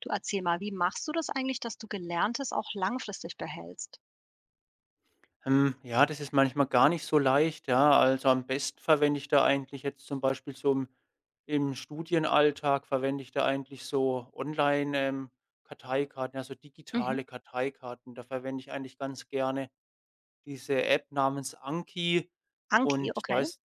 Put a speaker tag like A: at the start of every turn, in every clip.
A: Du erzähl mal, wie machst du das eigentlich, dass du Gelerntes auch langfristig behältst?
B: Hm, ja, das ist manchmal gar nicht so leicht, ja. Also, am besten verwende ich da eigentlich jetzt zum Beispiel so im Studienalltag verwende ich da eigentlich so Online, Karteikarten, also
A: Mhm.
B: digitale Karteikarten. Da verwende ich eigentlich ganz gerne diese App namens Anki,
A: Anki,
B: und da
A: okay.
B: ist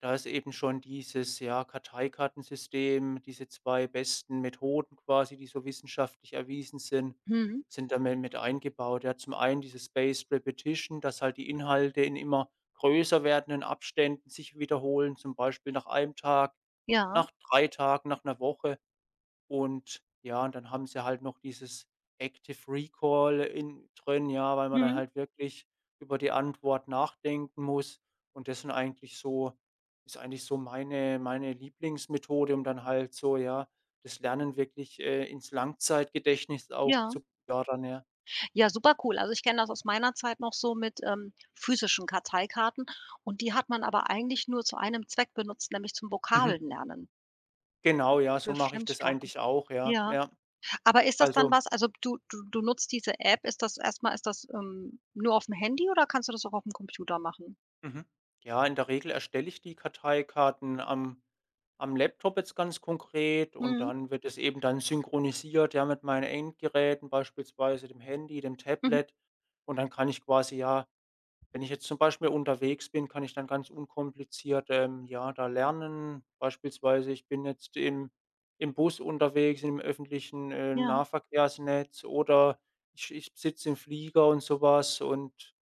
B: da ist eben schon dieses, ja, Karteikartensystem, diese 2 besten Methoden quasi, die so wissenschaftlich erwiesen sind,
A: Mhm.
B: sind damit mit eingebaut. Ja, zum einen diese Spaced Repetition, dass halt die Inhalte in immer größer werdenden Abständen sich wiederholen, zum Beispiel nach einem Tag,
A: Ja.
B: nach 3 Tagen, nach einer Woche. Und ja, und dann haben sie halt noch dieses Active Recall in drin, ja, weil man dann
A: Mhm.
B: halt wirklich über die Antwort nachdenken muss. Und das sind eigentlich so ist eigentlich so meine Lieblingsmethode, um dann halt so, ja, das Lernen wirklich, ins Langzeitgedächtnis auch
A: Ja.
B: zu fördern, ja.
A: Ja, super cool. Also, ich kenne das aus meiner Zeit noch so mit, physischen Karteikarten, und die hat man aber eigentlich nur zu einem Zweck benutzt, nämlich zum
B: Mhm.
A: Vokabeln lernen
B: Genau, ja, so
A: für
B: mache ich das
A: Fremdsprachen.
B: eigentlich auch, ja,
A: Ja.
B: ja.
A: Aber ist das dann
B: Also.
A: was, also, du nutzt diese App, ist das, nur auf dem Handy oder kannst du das auch auf dem Computer machen?
B: Mhm. Ja, in der Regel erstelle ich die Karteikarten am Laptop jetzt ganz konkret, und
A: Mhm.
B: dann wird es eben dann synchronisiert, ja, mit meinen Endgeräten, beispielsweise dem Handy, dem
A: Mhm.
B: Tablet. Und dann kann ich quasi, ja, wenn ich jetzt zum Beispiel unterwegs bin, kann ich dann ganz unkompliziert, ja, da lernen. Beispielsweise, ich bin jetzt im, im Bus unterwegs, im öffentlichen
A: Ja.
B: Nahverkehrsnetz, oder ich sitze im Flieger und sowas, und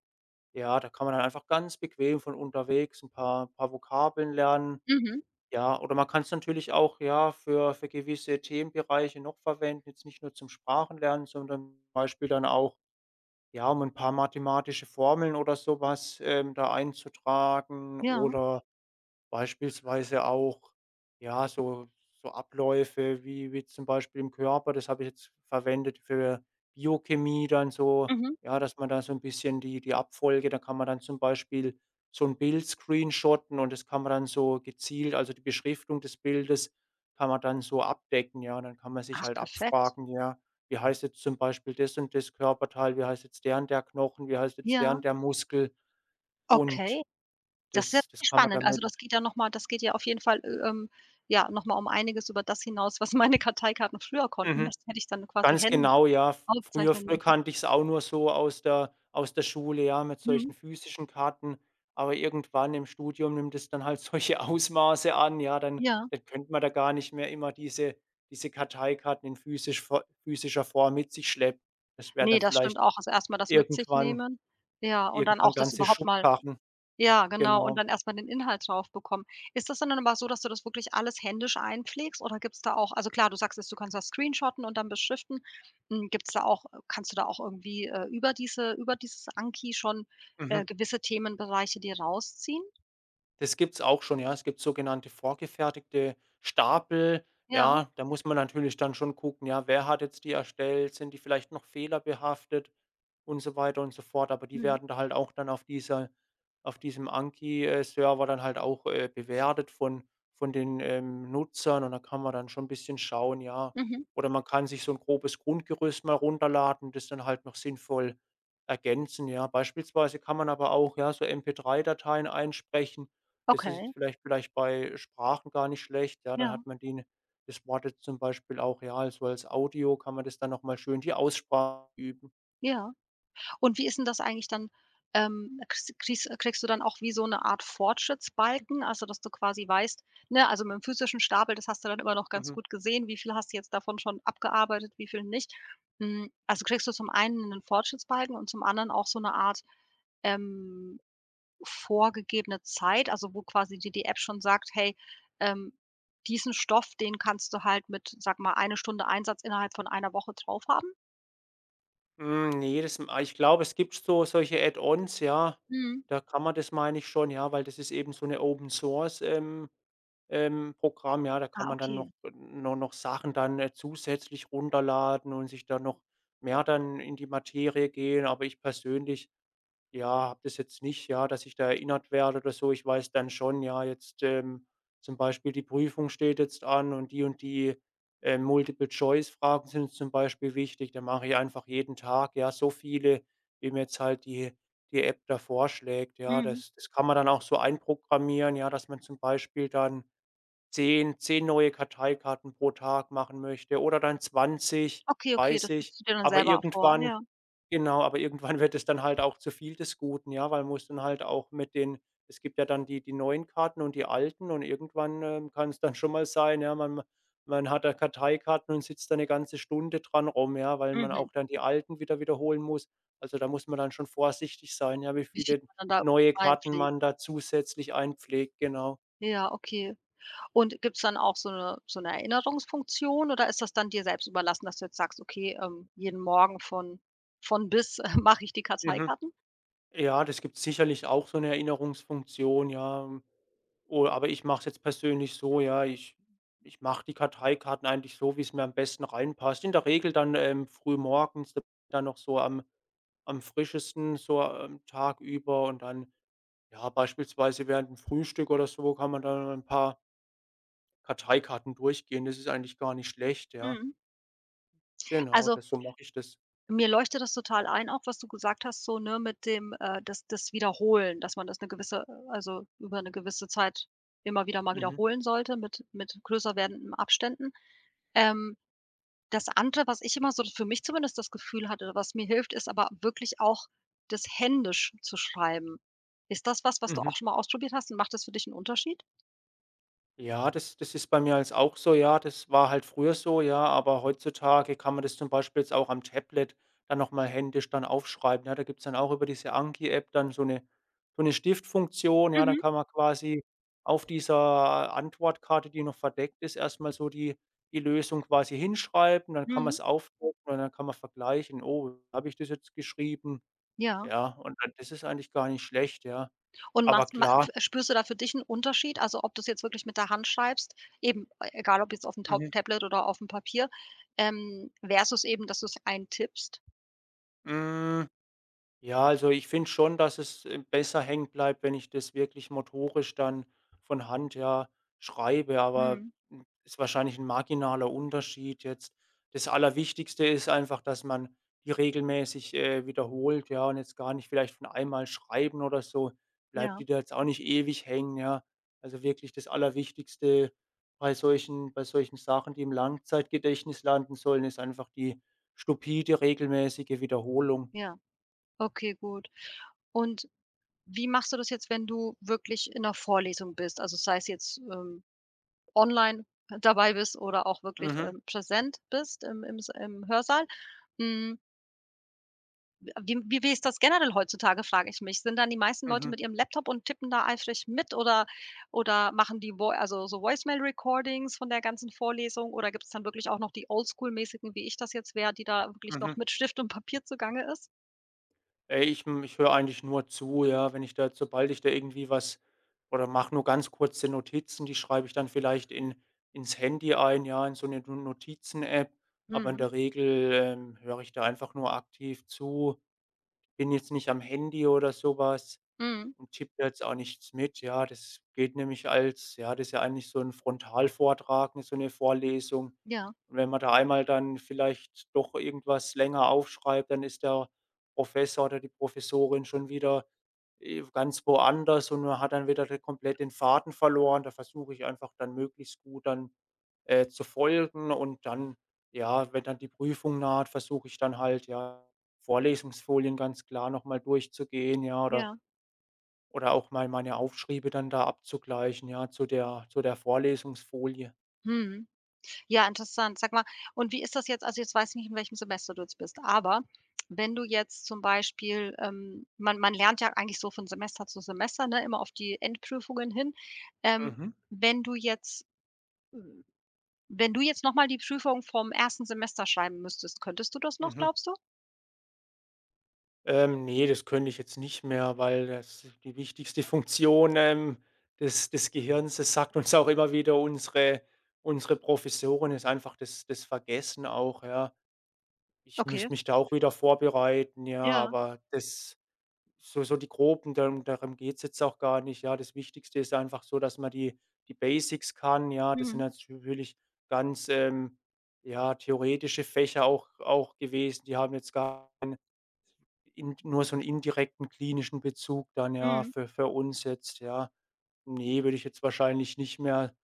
B: ja, da kann man dann einfach ganz bequem von unterwegs ein paar Vokabeln lernen.
A: Mhm.
B: Ja, oder man kann es natürlich auch, ja, für gewisse Themenbereiche noch verwenden, jetzt nicht nur zum Sprachenlernen, sondern zum Beispiel dann auch, ja, um ein paar mathematische Formeln oder sowas, da einzutragen
A: Ja.
B: oder beispielsweise auch, ja, so Abläufe wie zum Beispiel im Körper, das habe ich jetzt verwendet für Biochemie dann so,
A: Mhm.
B: ja, dass man da so ein bisschen die Abfolge, da kann man dann zum Beispiel so ein Bild screenshotten, und das kann man dann so gezielt, also, die Beschriftung des Bildes kann man dann so abdecken, ja. Und dann kann man sich
A: Ach,
B: halt
A: perfekt.
B: abfragen, ja, wie heißt jetzt zum Beispiel das und das Körperteil, wie heißt jetzt der und der Knochen, wie heißt jetzt der
A: Ja,
B: und der Muskel? Und
A: okay. Das ist ja
B: das
A: richtig
B: kann man
A: spannend. Also,
B: damit.
A: das geht ja auf jeden Fall, ja, noch mal um einiges über das hinaus, was meine Karteikarten früher konnten.
B: Mhm.
A: Das hätte ich dann quasi
B: Ganz
A: händisch
B: genau, ja. F früher
A: aufzeichnen
B: früher
A: müssen.
B: kannte ich es auch nur so aus der Schule, ja, mit
A: Mhm.
B: solchen physischen Karten. Aber irgendwann im Studium nimmt es dann halt solche Ausmaße an, ja,
A: Ja.
B: dann könnte man da gar nicht mehr immer diese Karteikarten in physischer Form mit sich schleppen. Das wäre
A: Nee,
B: dann
A: das stimmt
B: vielleicht
A: auch. Also, erst mal das mit sich
B: irgendwann,
A: nehmen. Ja, und dann auch das
B: ganze
A: überhaupt mal.
B: Schubkarren,
A: Ja, genau, und
B: genau.
A: dann erst mal den Inhalt drauf bekommen. Ist das dann aber so, dass du das wirklich alles händisch einpflegst, oder gibt's da auch, also klar, du sagst jetzt, du kannst das screenshotten und dann beschriften. Hm, gibt's da auch kannst du da auch irgendwie, über dieses Anki schon,
B: Mhm.
A: gewisse Themenbereiche dir rausziehen?
B: Das gibt's auch schon, ja. Es gibt sogenannte vorgefertigte Stapel.
A: Ja.
B: Ja, da muss man natürlich dann schon gucken, ja, wer hat jetzt die erstellt? Sind die vielleicht noch fehlerbehaftet und so weiter und so fort. Aber die
A: Mhm.
B: werden da halt auch dann auf diesem Anki-Server dann halt auch, bewertet von den, Nutzern, und da kann man dann schon ein bisschen schauen, ja.
A: Mhm.
B: Oder man kann sich so ein grobes Grundgerüst mal runterladen, das dann halt noch sinnvoll ergänzen, ja. Beispielsweise kann man aber auch, ja, so MP3-Dateien einsprechen. Es ist
A: Okay.
B: jetzt vielleicht bei Sprachen gar nicht schlecht, ja, dann
A: Ja.
B: hat man die das Wort jetzt zum Beispiel auch, ja, also als Audio kann man das dann noch mal schön die Aussprache üben.
A: Ja. Und wie ist denn das eigentlich dann, kriegst du dann auch wie so eine Art Fortschrittsbalken, also, dass du quasi weißt, ne, also, mit dem physischen Stapel, das hast du dann immer noch ganz
B: Mhm.
A: gut gesehen, wie viel hast du jetzt davon schon abgearbeitet, wie viel nicht. Hm, also, kriegst du zum einen einen Fortschrittsbalken und zum anderen auch so eine Art, ähm, vorgegebene Zeit, also, wo quasi dir die App schon sagt: „Hey, ähm, diesen Stoff, den kannst du halt mit, sage mal, eine Stunde Einsatz innerhalb von einer Woche drauf haben?"
B: Hm, ne, das, ah, ich glaube, es gibt so solche Add-ons, ja,
A: Mhm.
B: da kann man das meine ich schon, ja, weil das ist eben so eine Open Source, Programm, ja, da kann
A: Ah,
B: man dann
A: okay.
B: noch no noch Sachen dann, zusätzlich runterladen und sich dann noch mehr dann in die Materie gehen. Aber ich persönlich. Ja, habe das jetzt nicht, ja, dass ich da erinnert werde oder so. Ich weiß dann schon, ja, jetzt, zum Beispiel die Prüfung steht jetzt an und die, Multiple-Choice-Fragen sind jetzt zum Beispiel wichtig. Da mache ich einfach jeden Tag, ja, so viele, wie mir jetzt halt die App da vorschlägt, ja.
A: Mhm.
B: Das kann man dann auch so einprogrammieren, ja, dass man zum Beispiel dann zehn neue Karteikarten pro Tag machen möchte, oder dann 20,
A: Okay, okay, das
B: 30,
A: gibst du dir dann
B: aber
A: selber vor,
B: irgendwann.
A: ja.
B: Genau, aber irgendwann wird es dann halt auch zu viel des Guten, ja, weil muss dann halt auch mit den. Es gibt ja dann die neuen Karten und die alten, und irgendwann, kann es dann schon mal sein, ja, man hat da Karteikarten und sitzt da eine ganze Stunde dran rum, ja, weil man
A: Mhm.
B: auch dann die alten wieder wiederholen muss. Also, da muss man dann schon vorsichtig sein, ja, wie
A: Wie viel
B: viele
A: man dann
B: neue
A: da
B: Karten
A: reinpflegt.
B: man da zusätzlich einpflegt, genau.
A: Ja, okay. Und gibt's dann auch so 'ne Erinnerungsfunktion, oder ist das dann dir selbst überlassen, dass du jetzt sagst: „Okay, jeden Morgen von bis mache ich die
B: Mhm.
A: Karteikarten?"
B: Ja, das gibt sicherlich auch so eine Erinnerungsfunktion, ja. Oh, aber ich mache es jetzt persönlich so, ja, ich mache die Karteikarten eigentlich so, wie es mir am besten reinpasst. In der Regel dann, frühmorgens, dann noch so am frischesten, so am Tag über, und dann, ja, beispielsweise während dem Frühstück oder so, kann man dann ein paar Karteikarten durchgehen. Das ist eigentlich gar nicht schlecht, ja.
A: Mhm.
B: Genau,
A: Also,
B: das so mache ich das.
A: mir leuchtet das total ein, auch was du gesagt hast, so, ne, mit dem, das Wiederholen, dass man das 'ne gewisse, also, über 'ne gewisse Zeit immer wieder mal
B: Mhm.
A: wiederholen sollte, mit größer werdenden Abständen. Ähm, Das andere, was ich immer so für mich zumindest das Gefühl hatte, was mir hilft, ist aber wirklich auch das händisch zu schreiben. Ist das was, was du auch
B: Mhm.
A: schon mal ausprobiert hast, und macht das für dich 'n Unterschied?
B: Ja, das ist bei mir jetzt auch so, ja. Das war halt früher so, ja, aber heutzutage kann man das zum Beispiel jetzt auch am Tablet dann nochmal händisch dann aufschreiben, ja? Da gibt's dann auch über diese Anki-App dann so eine Stiftfunktion, ja? Dann
A: Mhm,
B: kann man quasi auf dieser Antwortkarte, die noch verdeckt ist, erstmal so die Lösung quasi hinschreiben, dann kann man
A: mhm,
B: es aufdrucken, und dann kann man vergleichen: „Oh, habe ich das jetzt geschrieben?“
A: ja.
B: Ja, und dann das ist eigentlich gar nicht schlecht, ja.
A: Und
B: Aber
A: machst ma
B: klar.
A: f Spürst du da für dich 'n Unterschied? Also, ob du's jetzt wirklich mit der Hand schreibst, eben e egal, ob jetzt aufm Tau
B: Mhm,
A: Tablet oder aufm Papier, versus eben, dass du's eintippst?
B: hm. Ja, also ich finde schon, dass es, besser hängen bleibt, wenn ich das wirklich motorisch dann von Hand, ja, schreibe, aber,
A: Mhm,
B: ist wahrscheinlich ein marginaler Unterschied jetzt. Das Allerwichtigste ist einfach, dass man die regelmäßig, wiederholt, ja, und jetzt gar nicht vielleicht von einmal schreiben oder so, bleibt
A: ja,
B: die da jetzt auch nicht ewig hängen, ja. Also wirklich das Allerwichtigste bei solchen Sachen, die im Langzeitgedächtnis landen sollen, ist einfach die stupide regelmäßige Wiederholung.
A: ja. Okay, gut. Und wie machst du das jetzt, wenn du wirklich in 'ner Vorlesung bist? Also, sei es jetzt, online dabei bist oder auch wirklich,
B: Mhm.
A: präsent bist im Hörsaal. Hm, wie ist das generell heutzutage, frage ich mich. Sind dann die meisten Leute
B: Mhm,
A: mit ihrem Laptop und tippen da eifrig mit, oder machen die Voi also, so Voicemail-Recordings von der ganzen Vorlesung, oder gibt es dann wirklich auch noch die oldschool-mäßigen, wie ich das jetzt wäre, die da wirklich noch
B: mhm.
A: mit Stift und Papier zugange ist?
B: Ey, ich ich höre eigentlich nur zu, ja, wenn ich da sobald ich da irgendwie was oder mache nur ganz kurze Notizen, die schreibe ich dann vielleicht in ins Handy ein, ja, in so eine Du Notizen-App, aber in
A: Mhm.
B: der Regel, höre ich da einfach nur aktiv zu, bin jetzt nicht am Handy oder sowas,
A: Mhm.
B: und tippe da jetzt auch nichts mit. Ja, das geht nämlich als ja, das ist ja eigentlich so ein Frontalvortrag, ne, so eine Vorlesung.
A: Ja,
B: Und wenn man da einmal dann vielleicht doch irgendwas länger aufschreibt, dann ist der Professor oder die Professorin schon wieder, ganz woanders, und man hat dann wieder de komplett den Faden verloren. Da versuche ich einfach dann möglichst gut dann, zu folgen, und dann, ja, wenn dann die Prüfung naht, versuche ich dann halt, ja, Vorlesungsfolien ganz klar noch mal durchzugehen, ja,
A: ja.
B: oder auch mal meine Aufschriebe dann da abzugleichen, ja, zu der Vorlesungsfolie.
A: Mhm. Ja, interessant. Sag mal, und wie ist das jetzt? Also, jetzt weiß ich nicht, in welchem Semester du jetzt bist, aber wenn du jetzt zum Beispiel, man lernt ja eigentlich so von Semester zu Semester, ne, immer auf die Endprüfungen hin. Ähm,
B: Mhm,
A: wenn du jetzt wenn du jetzt noch mal die Prüfung vom ersten Semester schreiben müsstest, könntest du das noch,
B: mhm.
A: glaubst du?
B: Ne, das könnte ich jetzt nicht mehr, weil das die wichtigste Funktion, des Gehirns, das sagt uns auch immer wieder unsere Professorin, ist einfach das Vergessen auch, ja. Ich
A: Okay.
B: müsste mich da auch wieder vorbereiten, ja,
A: Ja.
B: aber das. So so die groben, darum geht's jetzt auch gar nicht, ja. Das Wichtigste ist einfach so, dass man die Basics kann, ja. Das sind
A: Mhm.
B: jetzt natürlich ganz, ja, theoretische Fächer auch gewesen. Die haben jetzt gar keinen, in nur so einen indirekten klinischen Bezug dann, ja,
A: Mhm.
B: für uns jetzt, ja. Nee, würde ich jetzt wahrscheinlich nicht mehr,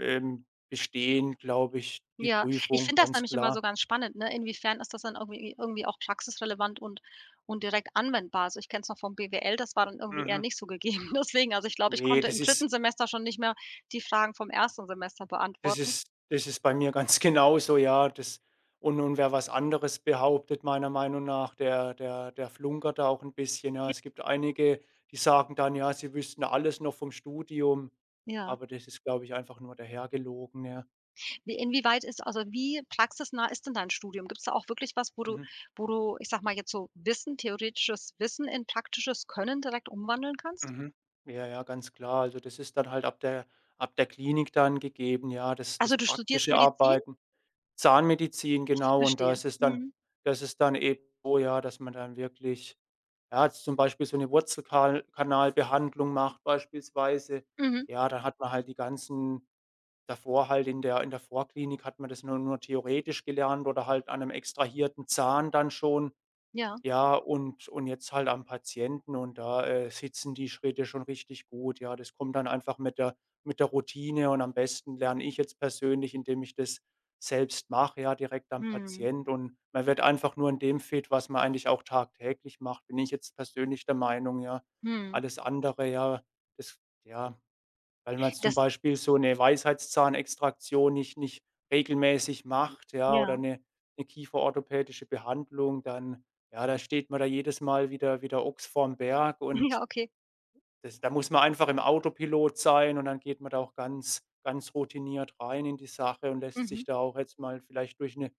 B: bestehen, glaube ich, die
A: Ja, ich
B: Prüfung,
A: finde das
B: ganz
A: nämlich immer so
B: klar.
A: ganz spannend, ne? Inwiefern ist das dann irgendwie auch praxisrelevant und direkt anwendbar? Also, ich kenne es noch vom BWL, das war dann irgendwie eher
B: Mhm.
A: nicht so gegeben. Deswegen, also, ich glaube, ich
B: Ne,
A: konnte im
B: das ist.
A: dritten Semester schon nicht mehr die Fragen vom ersten Semester
B: Das
A: beantworten.
B: ist das ist bei mir ganz genauso, ja. Das, und wer was anderes behauptet, meiner Meinung nach, der flunkert da auch ein bisschen, ja. Es gibt einige, die sagen dann, ja, sie wüssten alles noch vom Studium,
A: Ja.
B: aber das ist, glaube ich, einfach nur dahergelogen, ja.
A: Wie inwieweit ist Also, wie praxisnah ist denn dein Studium? Gibt es da auch wirklich was, wo du
B: Mhm,
A: ich sage mal jetzt, so Wissen theoretisches Wissen in praktisches Können direkt umwandeln kannst?
B: mhm. Ja, ja, ganz klar. Also, das ist dann halt ab der Klinik dann gegeben, ja, das
A: Also,
B: das
A: du studierst
B: praktische
A: Medizin?
B: Arbeiten. Zahnmedizin, genau. Und da
A: Verstehe.
B: ist es dann
A: Mhm.
B: das ist dann eben so, ja, dass man dann wirklich, ja, jetzt zum Beispiel so 'ne Wurzelkal Kanalbehandlung macht beispielsweise.
A: Mhm.
B: Ja, dann hat man halt die ganzen davor halt in der Vorklinik hat man das nur theoretisch gelernt oder halt an 'nem extrahierten Zahn dann schon.
A: Ja.
B: Ja, und jetzt halt am Patienten, und da, sitzen die Schritte schon richtig gut. Ja, das kommt dann einfach mit der Routine, und am besten lerne ich jetzt persönlich, indem ich das selbst mache, ja, direkt am
A: Mhm.
B: Patient, und man wird einfach nur in dem fit, was man eigentlich auch tagtäglich macht, bin ich jetzt persönlich der Meinung, ja.
A: Mhm.
B: Alles andere, ja, das ja. Weil man jetzt zum
A: Das
B: Beispiel so eine Weisheitszahnextraktion nicht regelmäßig macht, ja, oder
A: Ja.
B: eine kieferorthopädische Behandlung, dann ja, da steht man da jedes Mal wieder Ochs vorm Berg,
A: Ja,
B: und
A: okay.
B: das da muss man einfach im Autopilot sein, und dann geht man da auch ganz ganz routiniert rein in die Sache und lässt
A: Mhm.
B: sich da auch jetzt mal vielleicht durch eine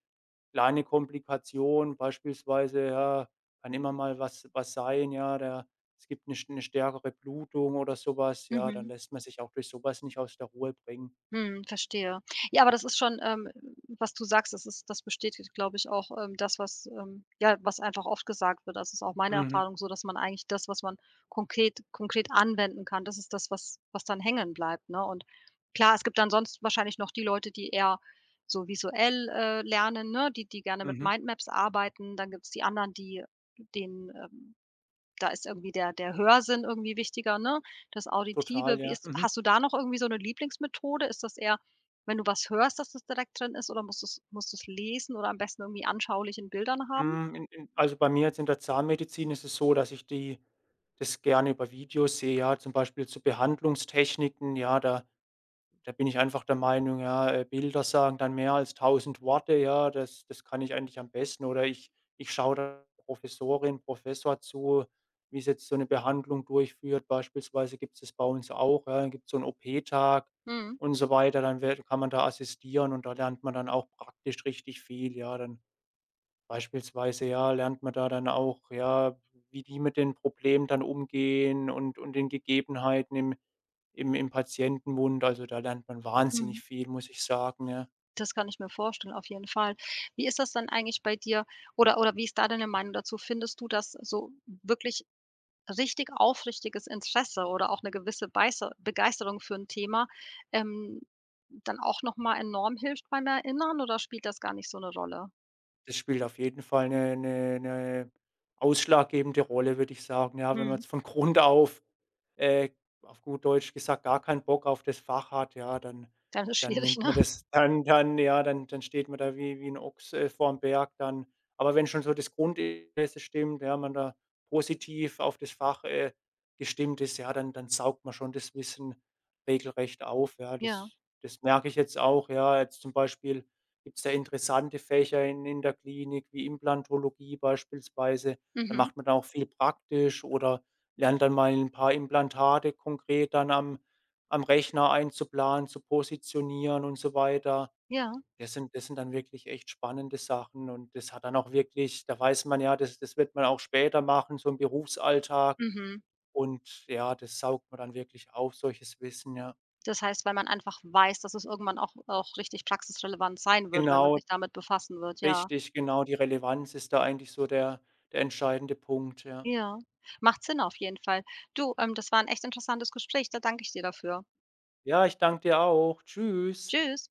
B: kleine Komplikation beispielsweise, ja, kann immer mal was sein, ja, der es gibt 'ne eine stärkere Blutung oder sowas, ja, dann
A: Mhm.
B: lässt man sich auch durch sowas nicht aus der Ruhe bringen.
A: Mhm, verstehe. Ja, aber das ist schon, was du sagst, das bestätigt, glaube ich, auch, das, was, ja, was einfach oft gesagt wird. Das ist auch meine
B: Mhm,
A: Erfahrung so, dass man eigentlich das, was man konkret anwenden kann, das ist das, was dann hängen bleibt, ne? Und klar, es gibt dann sonst wahrscheinlich noch die Leute, die eher so visuell, lernen, ne, die gerne mit
B: mhm.
A: Mindmaps arbeiten. Dann gibt's die anderen, die den, ähm da ist irgendwie der Hörsinn irgendwie wichtiger, ne? Das
B: Total,
A: Auditive. Wie
B: ja.
A: ist
B: Mhm.
A: Hast du da noch irgendwie so eine Lieblingsmethode? Ist das eher, wenn du was hörst, dass das direkt drin ist, oder musst du's lesen oder am besten irgendwie anschaulich in Bildern haben?
B: Hm, in also, bei mir jetzt in der Zahnmedizin ist es so, dass ich die das gerne über Videos sehe, ja, zum Beispiel zu Behandlungstechniken, ja, da bin ich einfach der Meinung, ja, Bilder sagen dann mehr als tausend Worte, ja, das kann ich eigentlich am besten. Oder ich schaue der Professorin, Professor zu, wie sie jetzt so eine Behandlung durchführt. Beispielsweise gibt es das bei uns auch, ja, gibt so 'n OP-Tag
A: Mhm.
B: und so weiter. Dann wird kann man da assistieren und da lernt man dann auch praktisch richtig viel, ja. Dann beispielsweise, ja, lernt man da dann auch, ja, wie die mit den Problemen dann umgehen und den Gegebenheiten im im Patientenmund. Also, da lernt man
A: Mhm.
B: wahnsinnig viel, muss ich sagen, ja.
A: Das kann ich mir vorstellen, auf jeden Fall. Wie ist das dann eigentlich bei dir, oder wie ist da deine Meinung dazu? Findest du, dass so wirklich richtig aufrichtiges Interesse oder auch eine gewisse Beiße Begeisterung für 'n Thema, ähm, dann auch noch mal enorm hilft beim Erinnern, oder spielt das gar nicht so 'ne Rolle?
B: Das spielt auf jeden Fall 'ne ausschlaggebende Rolle, würde ich sagen. Ja, wenn man
A: Mhm.
B: jetzt von Grund äh, auf gut Deutsch gesagt, gar keinen Bock auf das Fach hat, ja,
A: Dann ist
B: dann
A: schwierig,
B: nimmt
A: ne?
B: man das dann ja, dann steht man da wie 'n Ochs, vorm Berg dann. Aber wenn schon so das Grundinteresse stimmt, ja, man da positiv auf das Fach, gestimmt ist, ja, dann saugt man schon das Wissen regelrecht auf, ja.
A: Ja.
B: Das merke ich jetzt auch, ja, jetzt zum Beispiel gibt es da interessante Fächer in der Klinik wie Implantologie beispielsweise? Da
A: Mhm.
B: macht man dann auch viel praktisch oder lernt dann mal ein paar Implantate konkret dann am Rechner einzuplanen, zu positionieren und so weiter.
A: Ja.
B: Das sind dann wirklich echt spannende Sachen, und das hat dann auch wirklich da weiß man ja, das wird man auch später machen, so im Berufsalltag,
A: Mhm.
B: und ja, das saugt man dann wirklich auf, solches Wissen, ja.
A: Das heißt, weil man einfach weiß, dass es irgendwann auch richtig praxisrelevant sein wird, wenn man
B: Genau,
A: sich damit befassen wird, ja.
B: richtig, genau, die Relevanz ist da eigentlich so der entscheidende Punkt, ja.
A: Ja. Macht Sinn auf jeden Fall. Du, das war 'n echt interessantes Gespräch, da danke ich dir dafür.
B: Ja, ich danke dir auch. Tschüss.
A: Tschüss.